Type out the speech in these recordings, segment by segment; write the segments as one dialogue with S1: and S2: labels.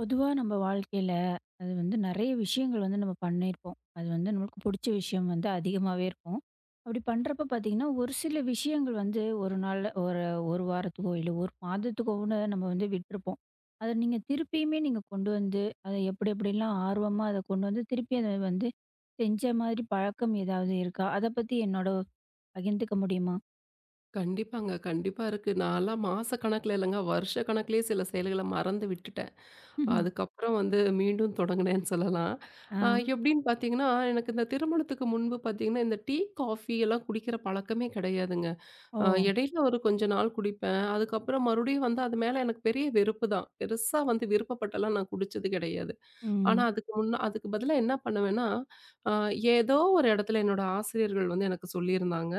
S1: பொதுவா நம்ம வாழ்க்கையில, அது வந்து நெறைய விஷயங்கள் வந்து நம்ம பண்ணியிருப்போம். அது வந்து நம்மளுக்கு புடிச்ச விஷயம் வந்து அதிகமாவே இருக்கும். அப்படி பண்றப்ப பார்த்தீங்கன்னா, ஒரு சில விஷயங்கள் வந்து ஒரு நாள்ல ஒரு 1 வாரத்துக்கோ, இல்ல 1 மாதத்துக்கோன்னு நம்ம வந்து விட்டுருப்போம். அத நீங்க திருப்பியுமே நீங்க கொண்டு வந்து, அத எப்படி எப்படிலாம் ஆர்வமா அத கொண்டு வந்து திருப்பி அத வந்து செஞ்ச மாதிரி பழக்கம் ஏதாவது இருக்கா? அத பத்தி என்னோட பகிர்ந்துக்க முடியுமா?
S2: கண்டிப்பாங்க. கண்டிப்பா இருக்கு. நான்லாம் மாச கணக்குல இல்லங்க, வருஷ கணக்குலயே சில செயல்கள மறந்து விட்டுட்டேன்.
S1: ம்ஹும்.
S2: அதுக்கப்புறம் வந்து மீண்டும் தொடங்குனேன்னு சொல்லலாம்.
S1: ஆ.
S2: அ எப்படின்னு பார்த்தீங்கன்னா, எனக்கு இந்த திருமணத்துக்கு முன்பு பார்த்தீங்கன்னா, இந்த டீ, காஃபி எல்லாம் குடிக்கிற பழக்கமே கிடையாதுங்க.
S1: ஓ!
S2: இடையில ஒரு கொஞ்ச நாள் குடிப்பேன். அதுக்கப்புறம் மறுபடியும் வந்து அது மேல எனக்கு பெரிய வெறுப்பு தான். பெருசா வந்து விருப்பப்பட்டெல்லாம் நான் குடிச்சது கிடையாது. ஆனா
S1: ம்.
S2: அதுக்கு முன்ன அதுக்கு பதிலா என்ன பண்ணுவேன்னா, அ ஏதோ ஒரு இடத்துல என்னோட ஆசிரியர்கள் வந்து எனக்கு சொல்லியிருந்தாங்க.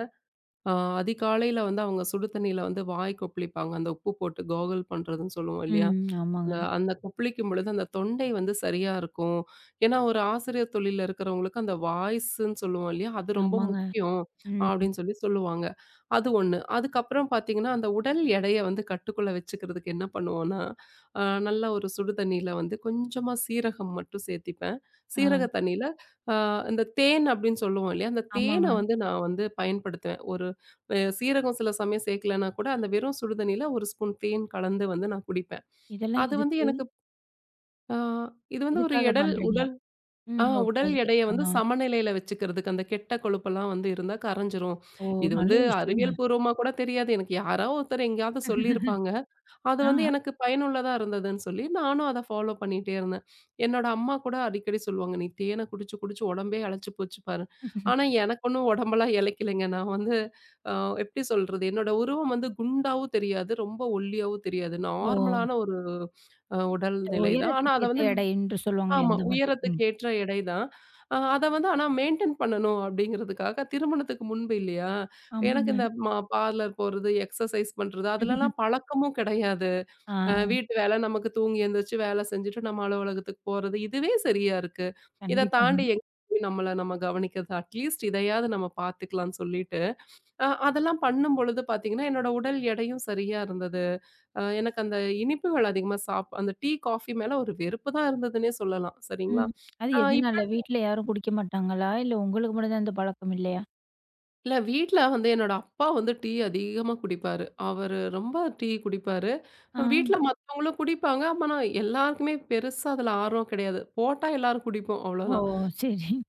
S2: ஆ அதிகாலையில வந்து அவங்க சுடு தண்ணீல வந்து வாய் கொப்பளிப்பாங்க. அந்த உப்பு போட்டு கார்கிள் பண்றதுன்னு சொல்லுவோம் இல்லையா?
S1: ம். ஆமாங்க.
S2: அந்த அந்த கொப்பளிக்கும் பொழுது அந்த தொண்டை வந்து சரியா இருக்கும். ஏன்னா, ஒரு ஆசிரியர் தொழில்ல இருக்கிறவங்களுக்கு அந்த வாய்ஸ்ன்னு சொல்லுவோம் இல்லையா? அது ரொம்ப
S1: ஆமாங்க.
S2: முக்கியம்
S1: ம்.
S2: அப்படின்னு சொல்லி சொல்லுவாங்க. அது ஒண்ணு. அதுக்கப்புறம் பார்த்தீங்கன்னா, அந்த உடல் எடைய வந்து கட்டுக்குள்ள வச்சுக்கிறதுக்கு என்ன பண்ணுவோம்னா, நல்லா ஒரு சுடு தண்ணீல வந்து கொஞ்சமா சீரகம் மட்டும் சேர்த்திப்பேன்.
S1: ஆ.
S2: சீரக தண்ணீல அ இந்த தேன் அப்படின்னு சொல்லுவோம் இல்லையா? அந்த தேனை
S1: ஆமாங்க.
S2: வந்து நான் வந்து பயன்படுத்துவேன். ஒரு சீரகம் சில சமயம் சேர்க்கலன்னா கூட அந்த வெறும் சுடு தண்ணீல ஒரு ஸ்பூன் தேன் கலந்து வந்து நான் குடிப்பேன்.
S1: இதெல்லாம்
S2: அது வந்து
S1: எதுக்கு?
S2: எனக்கு ஆ இது வந்து ஒரு
S1: எதுக்காக
S2: எடல்
S1: பண்றீங்க?
S2: உடல்
S1: ம். ஓகே,
S2: உடல்
S1: ஓகே.
S2: எடைய
S1: ஆ.
S2: வந்து சமநிலையில வச்சுக்கிறதுக்கு அந்த கெட்ட கொழுப்பெல்லாம் வந்து இருந்தா கரைஞ்சிரும்.
S1: ஓ!
S2: இது
S1: நல்ல
S2: வந்து
S1: விஷயங்க.
S2: அறிவியல் பூர்வமா கூட தெரியாது. எனக்கு யாரோ ஒருத்தர் எங்கேயாவது சொல்லியிருப்பாங்க. அது வந்து
S1: ஆ.
S2: எனக்கு பயனுள்ளதா இருந்ததுன்னு சொல்லி, நானும் அத ஃபாலோ பண்ணிட்டே இருந்தேன். என்னோட அம்மா கூட அடிக்கடி சொல்லுவாங்க, "நீ தேனை குடிச்சு, குடிச்சு உடம்பே இளைச்சு போச்சு பாரு." ஆனா எனக்கு ஒண்ணும் உடம்பெல்லாம் இளைக்கலைங்க. நான் வந்து அ எப்படி சொல்றது? என்னோட உருவம் வந்து குண்டாவும் தெரியாது, ரொம்ப ஒல்லியாவும் தெரியாது.
S1: ஓ!
S2: நார்மலான ஒரு
S1: இந்த
S2: உடல்நிலை தான். ஆனா
S1: உயரத்துக்கு
S2: அத
S1: ஏத்த
S2: வந்து
S1: எடை என்று சொல்லுவாங்களே
S2: ஆமா.
S1: அந்த மாதிரி.
S2: உயரத்துக்கு
S1: ம்.
S2: ஏற்ற எடை தான். அத வந்து ஆனா மெயின்டெயின் பண்ணணும் அப்படிங்கிறதுக்காக, திருமணத்துக்கு முன்பு இல்லையா? எனக்கு
S1: ஆமாங்க.
S2: இந்த பார்லர் போறது, எக்ஸர்சைஸ் பண்றது, அதுலலாம் பழக்கமும் கிடையாது.
S1: ஆ.
S2: வீட்டு வேல நமக்கு தூங்கி எந்திரிச்சு வேல செஞ்சுட்டு நம்ம அலுவலகத்துக்கு போறது. இதுவே சரியா இருக்கு. இத
S1: கண்டிப்பாங்க.
S2: தாண்டி எங்க போய் நம்ம கவனிக்கிறது? அட்லீஸ்ட் இதையாவது நம்ம பார்த்துக்கலாம்னு சொல்லிட்டு, அதெல்லாம் பண்ணும் பொழுது பார்த்தீங்கன்னா, என்னோட உடல் எடையும் சரியா இருந்தது. எனக்கு அந்த இனிப்புகள் அதிகமா அந்த டீ, காஃபி மேல ஒரு வெறுப்பு தான் இருந்ததுன்னே சொல்லலாம். சரிங்களா?
S1: ம். அது
S2: அ
S1: எதனால? வீட்ல யாரும் குடிக்க மாட்டாங்களா? இல்ல உங்களுக்கு மட்டும் தான் இந்த பழக்கம் இல்லையா?
S2: இல்ல வீட்ல வந்து என்னோட அப்பா வந்து டீ அதிகமா குடிப்பாரு. அவரு ரொம்ப டீ குடிப்பாரு. வீட்ல
S1: ஆ.
S2: மத்தவங்களும் குடிப்பாங்க. ஆனா எல்லாருக்குமே பெருசா அதுல ஆர்வம் கிடையாது. போட்டா எல்லாரும் குடிப்போம்
S1: ஓ!
S2: அவ்வளோதான்.
S1: சரி.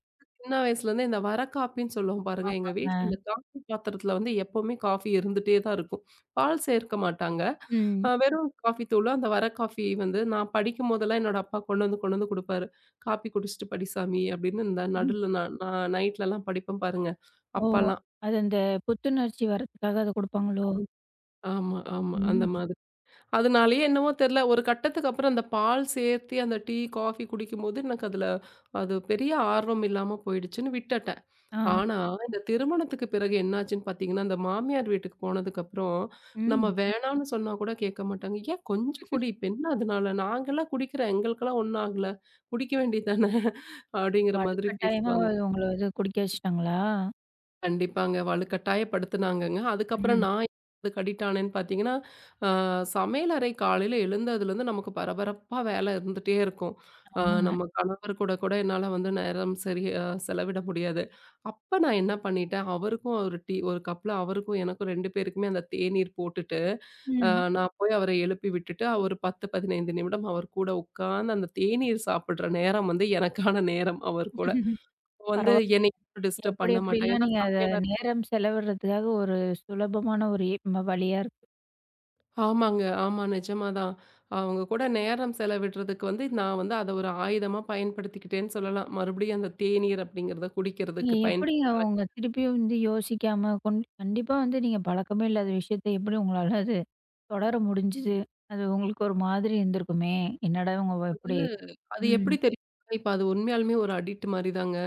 S2: சின்ன வயசுலேருந்து இந்த வர காப்பின்னு சொல்லுவோம் பாருங்க. எங்க வீட்ல இந்த
S1: ஆமாங்க.
S2: காஃபி பாத்திரத்துல வந்து எப்பவுமே காஃபி இருந்துட்டே தான் இருக்கும். பால் சேர்க்க மாட்டாங்க.
S1: ம்.
S2: வெறும் காஃபி தூளு, அந்த வர காஃபி வந்து நான் படிக்கும்போதெல்லாம் என்னோட அப்பா கொண்டு வந்து குடுப்பாரு. "காப்பி குடிச்சிட்டு படி சாமி" அப்படின்னு இந்த
S1: ம்.
S2: நடுல நான் நான் நைட்லலாம் படிப்பேன் பாருங்க.
S1: ஓ!
S2: அப்பலாம்.
S1: அது அந்த புத்துணர்ச்சி வர்றதுக்காக அத குடுப்பாங்களோ?
S2: ஆமா, ஆமா. அந்த
S1: ம்.
S2: மாதிரி. அதனாலயே என்னவோ தெரியல, ஒரு கட்டத்துக்கு அப்புறம் அந்த பால் சேர்த்தி அந்த டீ, காஃபி குடிக்கும்போது எனக்கு அதுல அது பெரிய ஆர்வம் இல்லாம போயிடுச்சுன்னு விட்டுட்டேன்.
S1: ஆ.
S2: ஆனா, இந்த திருமணத்துக்கு பிறகு என்னாச்சுன்னு பார்த்தீங்கன்னா, அந்த மாமியார் வீட்டுக்கு போனதுக்கப்புறம், நம்ம
S1: ம்.
S2: வேணான்னு சொன்னா கூட கேட்க மாட்டாங்க. "ஏன் கொஞ்சம் குடி, இப்ப என்ன அதனால? நாங்கலாம் குடிக்கிறோம், எங்களுக்கெல்லாம் ஒண்ணும் ஆகல. குடிக்க வேண்டியது தானே" அப்படிங்கிற மாதிரி
S1: வலுக்கட்டாயமா
S2: பேசுவாங்க.
S1: உங்கள இது குடிக்க வச்சுட்டாங்களா?
S2: கண்டிப்பாங்க. வலுக்கட்டாயப்படுத்துனாங்கங்க. அதுக்கப்புறம்
S1: ம்.
S2: நான் அதுக்கு அடிக்ட் ஆனேன்னு பார்த்தீங்கன்னா, அ சமையலறை காலையில எழுந்ததுலேருந்து நமக்கு பரபரப்பா வேலை இருந்துட்டே இருக்கும். அ
S1: ஆமாங்க.
S2: நம்ம கணவர் கூட கூட என்னால வந்து நேரம் சரியா செலவிட முடியாது. அப்ப நான் என்ன பண்ணிட்டேன், அவருக்கும் ஒரு டீ ஒரு கப்ல அவருக்கும் எனக்கும் 2 பேருக்குமே அந்த தேநீர் போட்டுட்டு, அ
S1: ம்.
S2: நான் போய் அவர எழுப்பி விட்டுட்டு, ஒரு 10, 15 நிமிடம் அவர் கூட உட்கார்ந்து அந்த தேநீர் சாப்பிடுற நேரம் வந்து எனக்கான நேரம் அவர் கூட. வந்து
S1: பரவால்ல.
S2: என்னை டிஸ்டர்ப்
S1: எப்படி
S2: பண்ண மாட்டாங்க.
S1: எப்படிலாம்
S2: ஏன்னா
S1: நீங்க அத
S2: சமையலறை
S1: நேரம் செலவிடுறதுக்காக ஒரு சுலபமான ஒரு எ ம வழியா இருக்கு.
S2: ஆமாங்க. ஆமா. நிஜமா தான். அவங்க கூட நேரம் செலவிடுறதுக்கு வந்து நான் வந்து அத ஒரு ஆயுதமா பயன்படுத்திக்கிட்டேன்னு சொல்லலாம். மறுபடியும் அந்த தேநீர் அப்படிங்கிறத
S1: நீங்க
S2: குடிக்கிறதுக்கு பயன்
S1: எப்படிங்க உங்க திருப்பியும் வந்து யோசிக்காம கண்டிப்பா வந்து நீங்க பழக்கமே இல்லாத விஷயத்த எப்படி உங்களால அது தொடர முடிஞ்சுது? அது உங்களுக்கு ஒரு மாதிரி இருந்திருக்குமே! என்னடா இவங்க இப்படி
S2: அது
S1: ம்.
S2: எப்படி தெரியும்? இப்ப அது உண்மையாலுமே ஒரு அடிக்ட் மாரி தாங்க.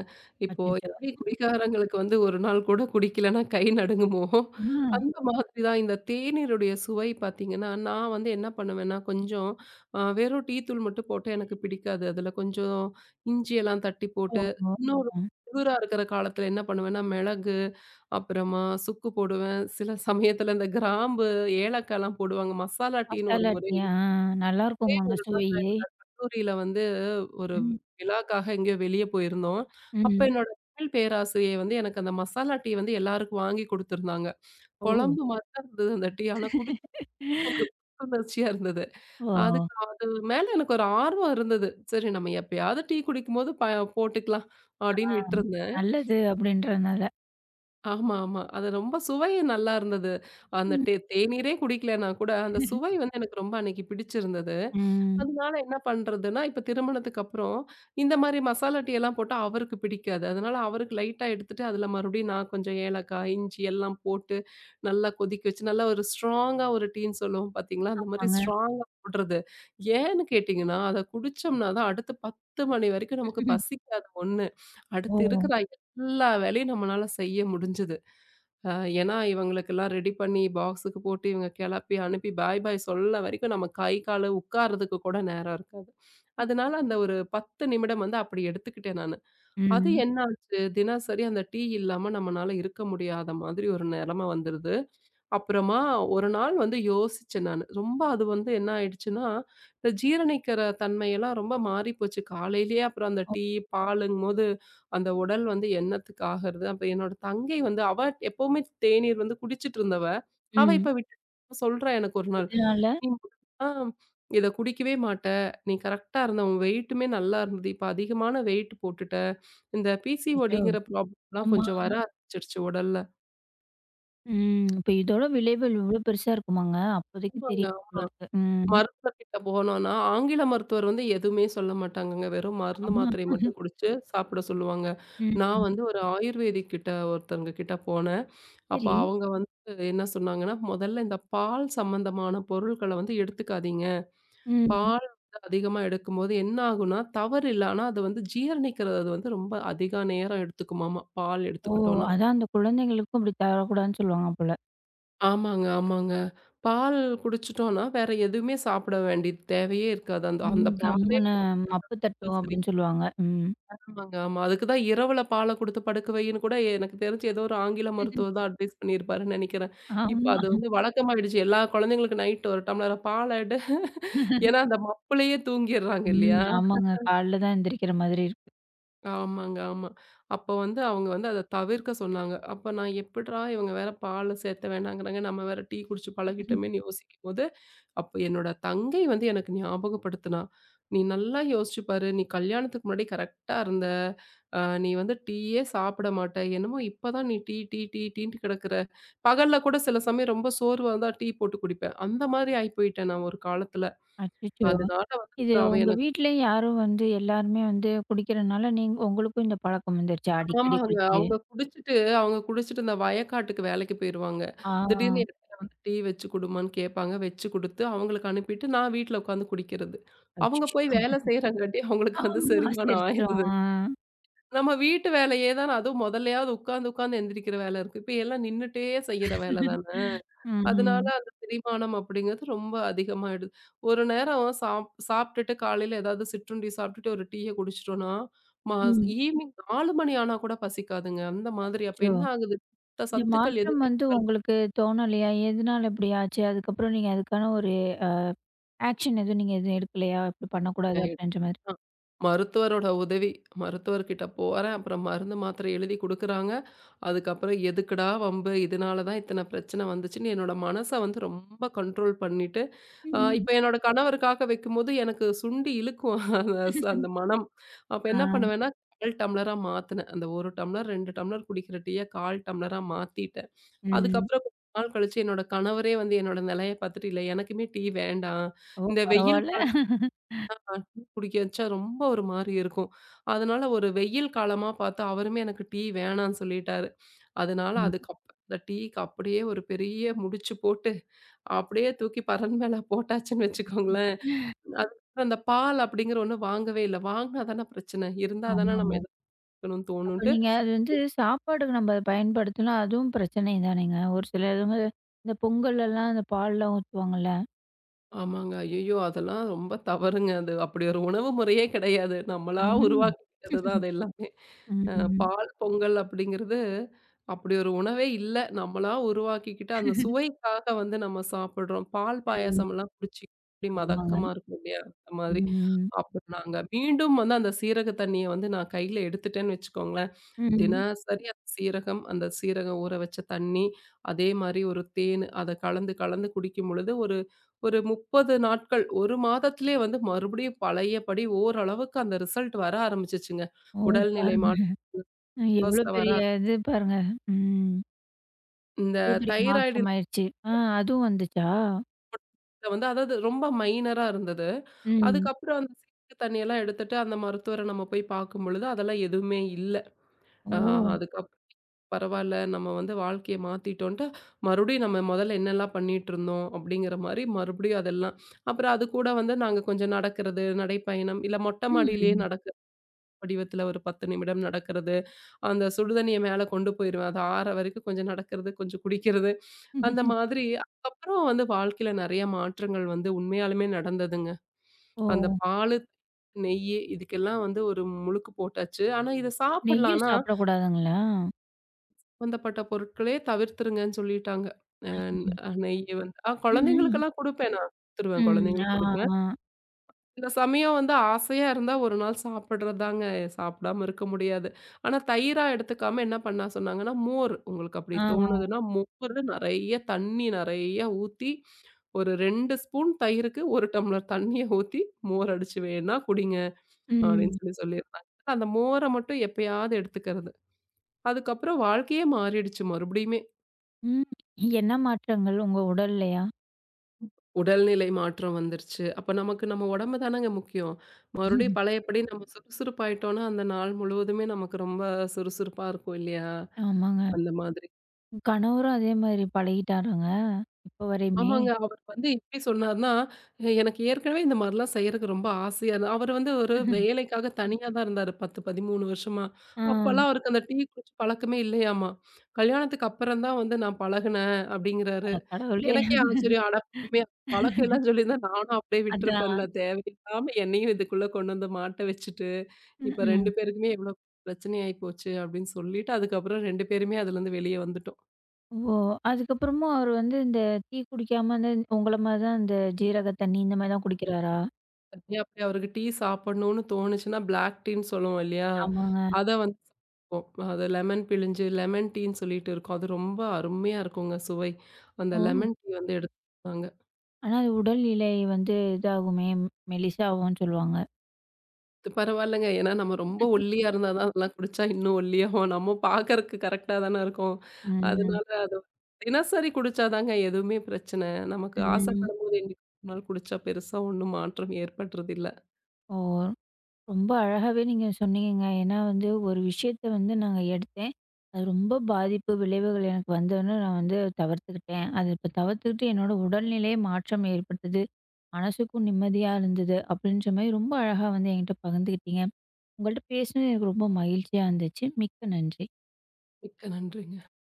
S2: இப்போ
S1: அச்சச்சோ!
S2: எப்படி குடிகாரங்களுக்கு வந்து ஒரு நாள் கூட குடிக்கலன்னா கை நடுங்குமோ,
S1: ஆ.
S2: அந்த மாதிரி தான் இந்த தேநீருடைய சுவை பார்த்தீங்கன்னா, நான் வந்து என்ன பண்ணுவேன்னா, கொஞ்சம் வெறும் டீ தூள் மட்டும் போட்டா எனக்கு பிடிக்காது. அதில கொஞ்சம் இஞ்சியெல்லாம் தட்டி போட்டு,
S1: ஓஹோ!
S2: இன்னொரு
S1: ம்.
S2: குளிரா இருக்கிற காலத்தில என்ன பண்ணுவேன்னா, மிளகு, அப்புறமா சுக்கு போடுவேன். சில சமயத்தில இந்த கிராம்பு, ஏலக்காய்லாம் போடுவாங்க. மசாலா டீன்னு ஒரு
S1: மசாலா
S2: முறை
S1: டீ ஆ நல்லா இருக்குமாங்க சுவையே?
S2: கல்லூரியில வந்து ஒரு
S1: ம்.
S2: விழாக்காக எங்கேயோ வெளிய போயிருந்தோம். அப்ப
S1: ம்.
S2: என்னோட தமிழ் பேராசிரியை வந்து எனக்கு அந்த மசாலா டீ வந்து எல்லாருக்கும் வாங்கி குடுத்துருந்தாங்க.
S1: ஓ!
S2: குழம்பு மாரி தான் இருந்தது அந்த டீ. ஆனா குடிச்சப்போ ஒரு புத்துணர்ச்சியா இருந்தது.
S1: ஓ!
S2: அதுக்கு அது மேல எனக்கு ஒரு ஆர்வம் இருந்தது. சரி நம்ம எப்பயாவது டீ குடிக்கும்போது போட்டுக்கலாம்
S1: ஆ
S2: அப்படின்னு விட்டுருந்தேன்.
S1: நல்லது அப்படின்றனால.
S2: ஆமா, ஆமா. அது ரொம்ப சுவை நல்லா இருந்தது. அந்த டே தேநீரே குடிக்கலன்னா கூட அந்த சுவை வந்து எனக்கு ரொம்ப அன்னைக்கு பிடிச்சிருந்தது.
S1: ம்.
S2: அதனால என்ன பண்றதுன்னா, இப்ப திருமணத்துக்கு அப்புறம், இந்த மாரி மசாலா டீ எல்லாம் போட்டா அவருக்கு பிடிக்காது. அதனால அவருக்கு லைட்டா எடுத்துட்டு, அதுல மறுபடியும் நான் கொஞ்சம் ஏலக்காய், இஞ்சி எல்லாம் போட்டு நல்லா கொதிக்க வச்சு, நல்லா ஒரு ஸ்ட்ராங்கா ஒரு டீன்னு சொல்லுவோம் பார்த்தீங்களா? அந்த மாரி
S1: ஆமாங்க.
S2: ஸ்ட்ராங்கா போடுறது. ஏன்னு கேட்டீங்கன்னா, அத குடிச்சோம்னா தான் அடுத்த 10 மணி வரைக்கும் நமக்கு பசிக்காது 1.
S1: ஓ!
S2: அடுத்து இருக்கிற எல்லா வேலையும் நம்மளால செய்ய முடிஞ்சது. அ ஏன்னா, இவங்களுக்கெல்லாம் ரெடி பண்ணி பாக்ஸுக்கு போட்டு இவங்க கெளப்பி அனுப்பி பாய் பாய் சொல்ல வரைக்கும் நம்ம கை, காலு உட்கார்றதுக்கு கூட நேரம் இருக்காது. அதனால அந்த ஒரு 10 நிமிடம் வந்து அப்படி எடுத்துக்கிட்டேன் நானு. அது
S1: ம்.
S2: என்ன ஆச்சு, தினசரி அந்த டீ இல்லாம நம்மனால இருக்க முடியாத மாதிரி ஒரு நெலம வந்துருது. அப்புறமா ஒரு நாள் வந்து யோசிச்சேன் நானு. ரொம்ப அது வந்து என்ன ஆயிடுச்சுன்னா, இந்த ஜீரணிக்கிற தன்மையெல்லாம் ரொம்ப மாறிப்போச்சு. காலையிலேயே அப்புறம் அந்த
S1: ஓ!
S2: டீ, பாலுங்கும்போது அந்த உடல் வந்து என்னத்துக்கு ஆகுறது? அப்ப என்னோட தங்கை வந்து அவ எப்பவுமே தேநீர் வந்து குடிச்சிட்டு இருந்தவ. அவ
S1: ம்.
S2: இப்ப விட்டு சொல்றா எனக்கு ஒரு நாள்.
S1: இதனால?
S2: நீ ஆ இத குடிக்கவே மாட்ட. நீ கரெக்ட்டா இருந்த. உன் வெயிட்டுமே நல்லா இருந்தது. இப்ப அதிகமான வெயிட் போட்டுட்ட. இந்த
S1: அச்சோ!
S2: பிசிஓடிங்கிற ப்ராப்ளம்லாம்
S1: ஆமா.
S2: கொஞ்சம் வர ஆரம்பிச்சிருச்சு
S1: ம். இப்ப இதோட விளைவுகள் இவ்ளோ பெருசா இருக்குமாங்க? அப்போதைக்கு
S2: உடல்ல.
S1: தெரியாது போல இருக்கு. ம்.
S2: மருத்துவர்கிட்ட போனோம்னா, ஆங்கில மருத்துவர் வந்து எதுவுமே சொல்ல மாட்டாங்கங்க. வெறும் மருந்து மாத்திரைய
S1: ஆமா.
S2: மட்டும் குடிச்சு சாப்பிட சொல்லுவாங்க. நான்
S1: ம்.
S2: வந்து ஒரு ஆயுர்வேதிக் கிட்ட ஒருத்தவங்க கிட்ட போனேன். அப்ப
S1: சரி.
S2: அவங்க வந்து என்ன சொன்னாங்கன்னா, "முதல்ல இந்த பால் சம்மந்தமான பொருட்கள வந்து எடுத்துக்காதீங்க.
S1: ம்.
S2: பால் வந்து அதிகமா எடுக்கும்போது என்ன ஆகும்னா, தவறு இல்ல. ஆனா அது வந்து ஜீரணிக்கிறது அது வந்து ரொம்ப அதிக நேரம் எடுத்துக்குமாமா, பால்
S1: ஓ!
S2: எடுத்துக்கிட்டோம்னா."
S1: அதான் அந்த குழந்தைங்களுக்கும் அப்படி தரக்கூடாதுன்னு சொல்லுவாங்க போல.
S2: ஆமாங்க, ஆமாங்க. பால் குடிச்சுட்டோம்னா, வேற எதுவுமே சாப்பிட வேண்டிய தேவையே இருக்காது. அந்த அந்த
S1: ம்.
S2: பாலே
S1: கம்முனு மப்பு தட்டும்
S2: கம்பல்சரி.
S1: அப்படின்னு சொல்லுவாங்க. ம்.
S2: ஆமாங்க, ஆமா. அதுக்கு தான் இரவுல பால குடுத்து படுக்க வைன்னு கூட எனக்கு தெரிஞ்சு ஏதோ ஒரு ஆங்கில மருத்துவர் தான் அட்வைஸ் பண்ணியிருப்பாருன்னு நெனைக்கிறேன். இப்ப
S1: ஆமா.
S2: அது வந்து வழக்கமாயிடுச்சு. எல்லா குழந்தைங்களுக்கும் நைட் ஒரு டம்ளர் பால் எடு ஏன்னா அந்த மப்புலயே தூங்கிடுறாங்க இல்லையா?
S1: ம். ஆமாங்க. காலைல தான் எந்திரிக்கிற மாதிரி இருக்கு.
S2: ஆமாங்க, ஆமா. அப்போ வந்து அவங்க வந்து அத தவிர்க்க சொன்னாங்க. அப்ப நான் எப்புட்றா இவங்க வேற பால் சேர்த்த வேணாங்கிறாங்க, நம்ம வேற டீ குடிச்சு பழகிட்டோமேன்னு யோசிக்கும்போது, அப்ப என்னோட தங்கை வந்து எனக்கு ஞாபகப்படுத்துனா, "நீ நல்லா யோசிச்சு பாரு. நீ கல்யாணத்துக்கு முன்னாடி கரெக்ட்டா இருந்த. நீ வந்து டீயே சாப்பிட மாட்ட. என்னமோ இப்பதான் நீ டீ, டீ, டீ, டீன்ட்டு கிடக்குற. பகல்ல கூட சில சமயம் ரொம்ப சோர்வா இருந்தா டீ போட்டு குடிப்ப. அந்த மாதிரி ஆயி போயிட்டேன் நான் ஒரு காலத்துல.
S1: அச்சச்சோ!
S2: அதனால
S1: இது
S2: வந்து அவ
S1: உங்க
S2: எனக்கு
S1: வீட்ல யாரும் வந்து எல்லாருமே வந்து குடிக்கிறனால, நீங்க உங்களுக்கும் இந்த பழக்கம் வந்துருச்சா? அடிக்கடி
S2: ஆமாங்க.
S1: குடிச்சு.
S2: அவங்க குடிச்சுட்டு இந்த வயக்காட்டுக்கு வேலைக்கு போயிருவாங்க.
S1: ஆ.
S2: திடீர்னு இடத்துல வந்து டீ வச்சு குடுமான்னு கேட்பாங்க. வச்சு குடுத்து, அவங்களுக்கு அனுப்பிட்டு நான் வீட்ல உட்காந்து குடிக்கிறது. அவங்க
S1: அச்சச்சோ!
S2: போய் வேலை செய்றங்காட்டி அவங்களுக்கு வந்து
S1: ஆமா,
S2: செரிமானம்
S1: செரிச்சிரும்.
S2: ஆயிருது.
S1: ஆ.
S2: நம்ம வீட்டு வேலையே தான அதுவும் முதல்லயாவது உட்காந்து உட்காந்து எந்திரிக்கிற வேலை இருக்கு. இப்ப எல்லாம் நின்னுட்டே செய்யற வேலை தான.
S1: ம்,
S2: அதனால
S1: ம்,
S2: அந்த செரிமானம் அப்படிங்கிறது ரொம்ப அதிகமாயிடுது. ஒரு நேரம் சாப்பிட்டுட்டு காலையில ஏதாவது சிற்றுண்டி சாப்பிட்டுட்டு ஒரு டீய குடிச்சிட்டோம்னா, மா
S1: ம்.
S2: ஈவினிங் 4 மணி ஆனா கூட பசிக்காதுங்க. அந்த மாதிரி அப்ப
S1: அச்சச்சோ!
S2: என்ன ஆகுது?
S1: இந்த
S2: சத்துக்கள்
S1: மாற்றம்
S2: எதுவுமே
S1: வந்து உங்களுக்கு தோணலையா? எதனால இப்படி ஆச்சு? அதுக்கப்புறம் நீங்க அதுக்கான ஒரு ஆக்ஷன் எதுவும் எடுக்கலையா? இப்படி பண்ணக்கூடாது அப்படின்ற மாரி.
S2: அ. மருத்துவரோட உதவி. மருத்துவர்கிட்ட போறேன். அப்புறம் மருந்து, மாத்திரை எழுதி குடுக்குறாங்க. அதுக்கப்புறம் எதுக்குடா வம்பு? இதனால தான் இத்தன பிரச்சனை வந்துச்சுன்னு என்னோட மனச வந்து ரொம்ப கண்ட்ரோல் பண்ணிட்டு,
S1: ம்.
S2: இப்ப என்னோட கணவருக்காக வைக்கும்போது எனக்கு சுண்டி இழுக்கும். அந்த மனம். அப்ப
S1: ஆ.
S2: என்ன பண்ணுவேன்னா, கால் டம்ளரா மாத்துனேன். அந்த 1 டம்ளர், 2 டம்ளர் குடிக்கிற டீய கால் டம்ளரா மாத்திட்டேன்.
S1: ம்.
S2: அதுக்கப்புறம் கொஞ்ச நாள் கழிச்சு என்னோட கணவரே வந்து என்னோட நிலைய பார்த்துட்டு, "இல்ல எனக்குமே டீ வேண்டாம்.
S1: ஓ!
S2: இந்த வெயில்
S1: பரவால்ல.
S2: காலத்துல டீ குடிக்க வச்சா ரொம்ப ஒரு மாரி இருக்கும். அதனால ஒரு வெயில் காலமா பார்த்து அவருமே எனக்கு டீ வேணான்னு சொல்லிட்டாரு. அதனால
S1: ம்.
S2: அதுக்கப்புறம் அந்த டீக்கு அப்படியே ஒரு பெரிய முடிச்சு போட்டு, அப்படியே தூக்கி பரண் மேல போட்டாச்சுன்னு வச்சுக்கோங்களேன். அதுக்கப்புறம் அந்த பால் அப்படிங்கிற ஒண்ணு வாங்கவே இல்ல. வாங்குனா தானே பிரச்சனை. இருந்தா தானே நம்ம
S1: ஆமா.
S2: எதுக்கணும்னு தோணும்.
S1: அப்ப நீங்க அது வந்து சாப்பாடுக்கு நம்ம பயன்படுத்தினா அதுவும் பிரச்சனை தானேங்க. ஒரு சிலவங்க இந்த பொங்கல் எல்லாம் அந்த பால்லாம் ஊத்துவாங்கல்ல.
S2: ஆமாங்க. ஐயய்யோ! அதெல்லாம் ரொம்ப தவறுங்க. அது அப்படி ஒரு உணவு முறையே கிடையாது. நம்மளா
S1: ம்.
S2: உருவாக்கிக்கிட்டது தான் அது எல்லாமே.
S1: ம்.
S2: அ
S1: ம்.
S2: பால் பொங்கல் அப்படிங்கிறது, அப்படி ஒரு உணவே இல்ல. நம்மளா உருவாக்கிக்கிட்டு அந்த சுவைக்காக வந்து நம்ம சாப்பிடுறோம். பால்
S1: ம்.
S2: பாயாசம்லாம் குடிச்சு இப்படி
S1: ஆமாங்க.
S2: மதக்கமா இருக்கும் இல்லையா? அந்த மாதிரி.
S1: ம்.
S2: அப்புறம் நாங்க மீண்டும் வந்து அந்த சீரக தண்ணிய வந்து நான் கையில எடுத்துட்டேன்னு வச்சுக்கோங்களேன்,
S1: ம்.
S2: தினசரி அந்த சீரகம், அந்த சீரகம் ஊற வச்ச தண்ணி, அதே மாரி ஒரு தேனு அத கலந்து கலந்து குடிக்கும் பொழுது ஒரு ஒரு 30 நாட்கள், 1 மாதத்திலே வந்து மறுபடியும் பழையபடி ஓரளவுக்கு அந்த ரிசல்ட் வர ஆரம்பிச்சுச்சுங்க.
S1: ஓ!
S2: உடல்நிலை
S1: பாருங்க. ம். எவ்வளோ
S2: மாற்றத்துல வர
S1: பெரிய
S2: ஆர-
S1: இது பாருங்க. ம்.
S2: இந்த
S1: எவ்வளோ பெரிய
S2: தைராய்டு
S1: மாற்றம் ஆயிருச்சு. ஆ அதுவும் வந்துச்சா?
S2: வந்து அதாவது ரொம்ப மைனரா இருந்தது.
S1: ம்.
S2: அதுக்கப்புறம் அந்த சிக்கு தண்ணியெல்லாம் எடுத்துட்டு அந்த மருத்துவர நம்ம போய் பார்க்கும் பொழுது அதெல்லாம் எதுவுமே இல்ல. ஆ
S1: ஓ!
S2: அதுக்கப்புறம் பரவால்ல நம்ம வந்து வாழ்க்கைய மாத்திட்டோன்ட்டு, மறுபடியும் நம்ம மொதல்ல என்னெல்லாம் பண்ணிட்டுருந்தோம் அப்படிங்கிற மாரி மறுபடியும் அதெல்லாம். அப்புறம் அது கூட வந்து நாங்க கொஞ்சம் நடக்கிறது, நடைப்பயணம் இல்ல மொட்ட மாடியிலேயே
S1: ம்.
S2: நடக்கிறது. வடிவத்துல ஒரு 10 நிமிடம் நடக்கிறது. அந்த சுடுதண்ணீய மேல கொண்டு போயிருவேன். அது ஆற வரைக்கும் கொஞ்சம் நடக்கிறது, கொஞ்சம் குடிக்கிறது. அந்த மாதிரி அதுக்கப்புறம் வந்து வாழ்க்கையில நெறைய மாற்றங்கள் வந்து உண்மையாலுமே நடந்ததுங்க.
S1: ஓ!
S2: அந்த பாலு, நெய்யி இதுக்கெல்லாம் வந்து ஒரு முழுக்கு போட்டாச்சு. ஆனா இத சாப்பிடலாம்.
S1: நெய்யும்
S2: ஆனா
S1: சாப்பிடக்கூடாதுங்களா?
S2: சம்பந்தப்பட்ட பொருட்களே தவிர்த்துருங்கன்னு சொல்லிட்டாங்க.
S1: ம்.
S2: நெய்யி வந்து
S1: ம்.
S2: குழந்தைங்களுக்கெல்லாம் குடுப்பேன் நான். குடுத்துருவேன்
S1: ஆ,
S2: குழந்தைங்களுக்கு குடுப்பேன்.
S1: ஆ,
S2: சில சமயம் வந்து ஆசையா இருந்தா ஒரு நாள் சாப்பிடுறதுதாங்க. சாப்பிடாம இருக்க முடியாது. ஆனா தயிரா எடுத்துக்காம என்ன பண்ண சொன்னாங்கன்னா, மோர் உங்களுக்கு அப்படி
S1: ஆ.
S2: தோணுதுன்னா, மோரு நெறைய தண்ணி நெறைய ஊத்தி, ஒரு 2 ஸ்பூன் தயிருக்கு 1 டம்ளர் தண்ணிய ஊத்தி, மோர் அடிச்சு வேணா குடிங்க அப்படின்னு
S1: ம்.
S2: சொல்லி சொல்லியிருந்தாங்க. அந்த மோர மட்டும் எப்பயாவது எடுத்துக்கிறது. அதுக்கப்புறம் வாழ்க்கையே மாறிடுச்சு மறுபடியுமே.
S1: ம். என்ன மாற்றங்கள் உங்க உடல்லையா?
S2: உடல்நிலை மாற்றம் வந்துருச்சு. அப்ப நமக்கு நம்ம உடம்பு தானங்க முக்கியம். மறுபடியும் பழையபடி நம்ம சுறுசுறுப்பாயிட்டோம்னா, அந்த நாள் முழுவதுமே நமக்கு ரொம்ப சுறுசுறுப்பா இருக்கும் இல்லையா?
S1: ஆமாங்க.
S2: அந்த மாதிரி.
S1: கணவரும் அதே மாரி பழகிட்டாராங்க? இப்ப வரையுமே?
S2: ஆமாங்க. அவர் வந்து எப்படி சொன்னார்ன்னா, எனக்கு ஏற்கனவே இந்த மாரிலாம் செய்றதுக்கு ரொம்ப ஆசையா இருந்தது. அவர் வந்து ஒரு வேலைக்காக தனியா தான் இருந்தாரு 10, 13 வருஷமா.
S1: ஆ.
S2: அப்பலாம் அவருக்கு அந்த டீ குடிச்சு பழக்கமே இல்லையாமா. கல்யாணத்துக்கு அப்புறம் தான் வந்து நான் பழகுனேன் அப்படிங்கிறாரு.
S1: அட கடவுளே!
S2: எனக்கே ஆச்சரியம். அட உண்மையா பழக்கம் இல்லன்னு சொல்லியிருந்தா நானும் அப்படியே விட்டுருப்பேன்ல.
S1: அதான்.
S2: தேவையில்லாம என்னையும் இதுக்குள்ள கொண்டு வந்து மாட்ட வச்சுட்டு, இப்ப
S1: ம்.
S2: 2 பேருக்குமே எவ்வளோ பிரச்சனை ஆயி போச்சு அப்படின்னு சொல்லிட்டு, அதுக்கப்புறம் 2 பேருமே அதுலருந்து வெளிய வந்துட்டோம்.
S1: ஓ! அதுக்கப்புறமும் அவரு வந்து இந்த டீ குடிக்காம வந்து உங்கள மாரி தான் இந்த ஜீரக தண்ணி இந்த மாரி தான் குடிக்கிறாரா?
S2: அப்படியே அப்படியே அவருக்கு டீ சாப்பிடணும்னு தோணுச்சுன்னா, பிளாக் டீன்னு சொல்லுவோம் இல்லையா?
S1: ஆமாங்க.
S2: அத வந்து சாப்பிடுவோம். அது லெமன் பிழிஞ்சு லெமன் டீன்னு சொல்லிட்டு இருக்கும். அது ரொம்ப அருமையா இருக்குங்க சுவை. அந்த
S1: ஓ!
S2: லெமன் டீ வந்து எடுத்தாங்க.
S1: ஆனா அது உடல் நிலை வந்து இதாகுமே, மெலிசாகும்ன்னு சொல்லுவாங்க.
S2: இது பரவாயில்லங்க. ஏன்னா நம்ம ரொம்ப ஒல்லியா இருந்தா தான் அதெல்லாம் குடிச்சா இன்னும் ஒல்லியாவோம். நம்ம பார்க்கறக்கு கரெக்ட்டா தானே இருக்கோம்.
S1: ம்.
S2: அதனால அது தினசரி குடிச்சா தாங்க எதுவுமே பிரச்சனை. நமக்கு
S1: ம்.
S2: ஆசைப்படும்போது என்னைக்கு ஒரு நாள் குடிச்சா பெருசா ஒண்ணும் மாற்றம் ஏற்படுறதில்ல.
S1: ஓ! ரொம்ப அழகாவே நீங்க சொன்னீங்கங்க. ஏன்னா வந்து ஒரு விஷயத்த வந்து நாங்க எடுத்தேன். அது ரொம்ப பாதிப்பு, விளைவுகள் எனக்கு வந்தோனே நான் வந்து தவிர்த்துக்கிட்டேன். அது இப்ப தவிர்த்துக்கிட்டு என்னோட உடல்நிலையே மாற்றம் ஏற்பட்டது. மனசுக்கும் நிம்மதியா இருந்தது. அப்படின்ற மாரி ரொம்ப அழகா வந்து என்கிட்ட பகிர்ந்துக்கிட்டீங்க. உங்கள்ட்ட பேசினது எனக்கு ரொம்ப மகிழ்ச்சியா இருந்துச்சு. மிக்க நன்றி.
S2: மிக்க நன்றிங்க.